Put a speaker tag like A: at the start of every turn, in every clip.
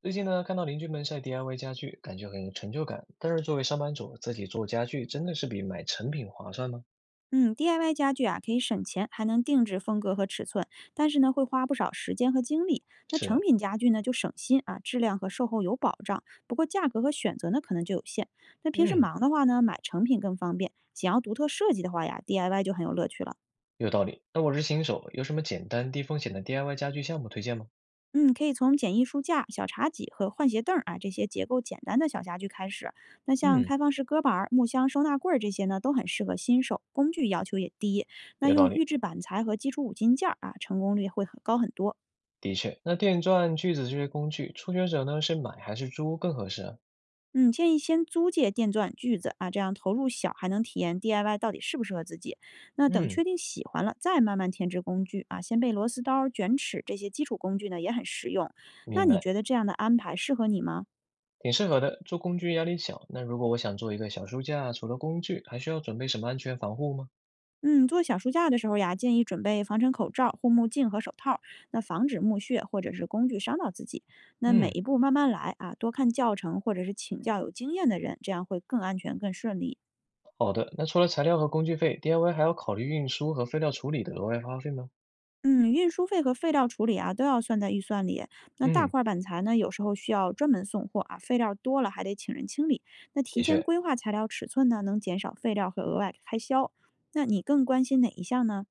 A: 最近呢，看到邻居们晒 DIY 家具，感觉很有成就感。但是作为上班族，自己做家具真的是比买成品划算吗？
B: 嗯，DIY 家具啊，可以省钱，还能定制风格和尺寸，但是呢，会花不少时间和精力。那成
A: 是，
B: 品家具呢，就省心啊，质量和售后有保障，不过价格和选择呢，可能就有限。那平时
A: 嗯，
B: 忙的话呢，买成品更方便；想要独特设计的话呀，DIY 就很有乐趣了。
A: 有道理。那我是新手，有什么简单低风险的 DIY 家具项目推荐吗？
B: 嗯，可以从简易书架、小茶几和换鞋凳儿啊这些结构简单的小家具开始。那像
A: 嗯，
B: 开放式搁板儿、木箱、收纳柜儿这些呢，都很适合新手，工具要求也低。那
A: 有道
B: 用预
A: 理，
B: 制板材和基础五金件儿啊，成功率会很高很多。
A: 的确。那电钻、锯子这些工具，初学者呢是买还是租更合适啊
B: 嗯，建议先租借电钻、锯子啊，这样投入小，还能体验 DIY 到底适不适合自己。那等
A: 嗯，
B: 确定喜欢了，再慢慢添置工具啊。先备螺丝刀、卷尺这些基础工具呢，也很实用。那
A: 明
B: 你
A: 白，
B: 觉得这样的安排适合你吗？
A: 挺适合的。做工具压力小。那如果我想做一个小书架，除了工具，还需要准备什么安全防护吗？
B: 嗯，做小书架的时候呀，建议准备防尘口罩、护目镜和手套，那防止木屑或者是工具伤到自己。那每
A: 嗯。
B: 一步慢慢来啊，多看教程或者是请教有经验的人，这样会更安全、更顺利。
A: 好的，那除了材料和工具费，DIY 还要考虑运输和废料处理的额外花费吗？
B: 嗯，运输费和废料处理啊都要算在预算里。那大
A: 嗯，
B: 块板材呢，有时候需要专门送货啊，废料多了还得请人清理。那提
A: 的
B: 前
A: 确，
B: 规划材料尺寸呢，能减少废料和额外开销。那你更关心哪一项呢？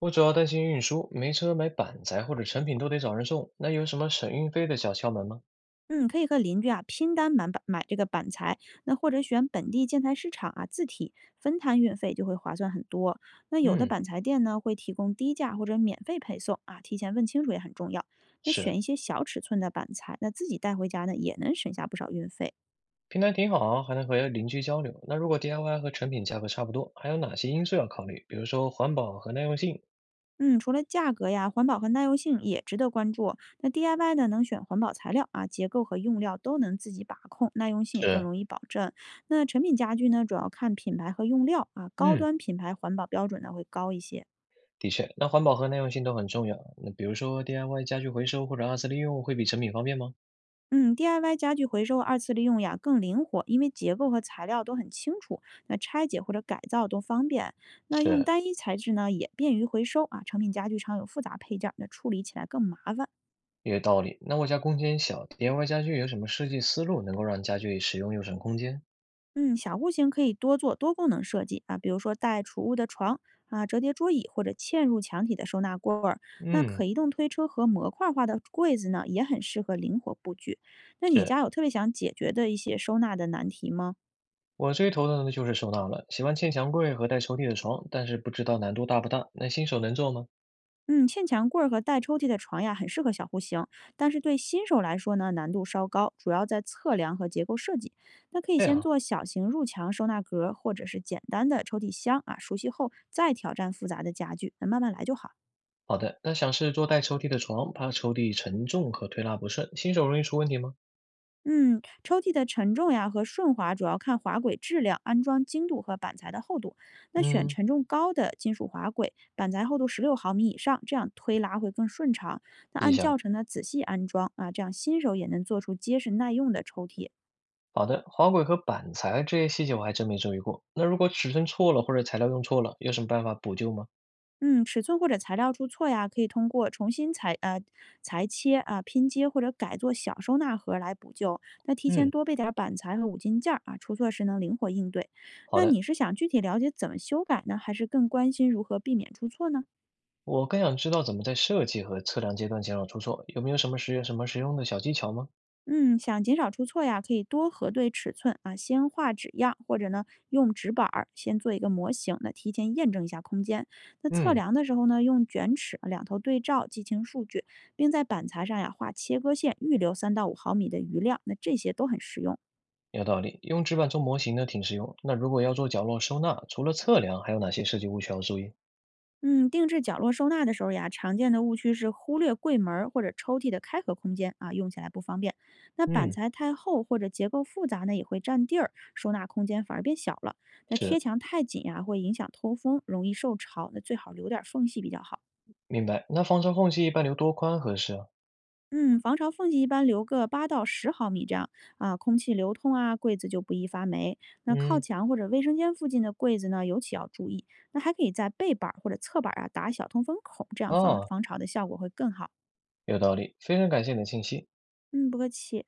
A: 我主要担心运输，没车买板材或者成品都得找人送，那有什么省运费的小窍门吗？
B: 嗯，可以和邻居啊拼单买板买这个板材，那或者选本地建材市场啊自提，分摊运费就会划算很多。那有的
A: 嗯，
B: 板材店呢会提供低价或者免费配送啊，提前问清楚也很重要。那选
A: 是，
B: 一些小尺寸的板材，那自己带回家呢也能省下不少运费。
A: 平台挺好啊还能和邻居交流。那如果 DIY 和成品价格差不多，还有哪些因素要考虑？比如说环保和耐用性？
B: 嗯，除了价格呀，环保和耐用性也值得关注。那 DIY 呢，能选环保材料啊，结构和用料都能自己把控，耐用性也更
A: 是，
B: 容易保证。那成品家具呢，主要看品牌和用料啊，高
A: 嗯，
B: 端品牌环保标准呢会高一些。
A: 的确，那环保和耐用性都很重要。那比如说 DIY 家具回收或者二次利用会比成品方便吗？
B: 嗯，DIY 家具回收二次利用呀更灵活，因为结构和材料都很清楚，那拆解或者改造都方便。那用
A: 是，
B: 单一材质呢也便于回收啊，成品家具常有复杂配件儿，那处理起来更麻烦。
A: 也有道理。那我家空间小，DIY 家具有什么设计思路能够让家具实用又省空间？
B: 嗯，小户型可以多做多功能设计啊，比如说带储物的床啊、折叠桌椅或者嵌入墙体的收纳柜儿。那
A: 嗯，
B: 可移动推车和模块化的柜子呢，也很适合灵活布局。那你
A: 是，
B: 家有特别想解决的一些收纳的难题吗？
A: 我最头疼的就是收纳了，喜欢嵌墙柜和带抽屉的床，但是不知道难度大不大。那新手能做吗？
B: 嗯，嵌墙柜儿和带抽屉的床呀，很适合小户型，但是对新手来说呢，难度稍高，主要在测量和结构设计。那可以
A: 这
B: 先
A: 样，
B: 做小型入墙收纳格儿，或者是简单的抽屉箱啊，熟悉后再挑战复杂的家具，那慢慢来就好。
A: 好的，那想试做带抽屉的床，怕抽屉沉重和推拉不顺，新手容易出问题吗？
B: 嗯，抽屉的承重呀和顺滑主要看滑轨质量、安装精度和板材的厚度。那选
A: 嗯，
B: 承重高的金属滑轨，板材厚度16毫米以上，这样推拉会更顺畅。那
A: 记
B: 按
A: 下
B: 教
A: 了。
B: 程呢仔细安装啊，这样新手也能做出结实耐用的抽屉。
A: 好的，滑轨和板材这些细节我还真没注意过。那如果尺寸错了或者材料用错了，有什么办法补救吗？
B: 嗯，尺寸或者材料出错呀，可以通过重新裁切啊、拼接或者改做小收纳盒来补救。那提前
A: 嗯，
B: 多备点儿板材和五金件儿啊，出错时能灵活应对。
A: 好
B: 那
A: 的。
B: 你是想具体了解怎么修改呢，还是更关心如何避免出错呢？
A: 我更想知道怎么在设计和测量阶段减少出错，有没有什么实用的小技巧吗？
B: 嗯，想减少出错呀，可以多核对尺寸啊，先画纸样，或者呢用纸板儿先做一个模型，那提前验证一下空间。那测
A: 嗯，
B: 量的时候呢，用卷尺两头对照，记清数据，并在板材上呀画切割线，预留3到5毫米的余量。那这些都很实用。
A: 有道理，用纸板做模型呢挺实用。那如果要做角落收纳，除了测量，还有哪些设计误区要注意？
B: 嗯，定制角落收纳的时候呀，常见的误区是忽略柜门儿或者抽屉的开合空间啊，用起来不方便。那板
A: 嗯，
B: 材太厚或者结构复杂呢，也会占地儿，收纳空间反而变小了。那
A: 是，
B: 贴墙太紧呀，会影响通风，容易受潮，那最好留点儿缝隙比较好。
A: 明白。那防潮缝隙一般留多宽合适啊？
B: 嗯，防潮缝隙一般留个8到10毫米这样啊，空气流通啊，柜子就不易发霉。那靠
A: 嗯，
B: 墙或者卫生间附近的柜子呢，尤其要注意。那还可以在背板儿或者侧板儿啊打小通风孔，这样防
A: 哦，
B: 防潮的效果会更好。
A: 有道理，非常感谢你的信息。
B: 嗯，不客气。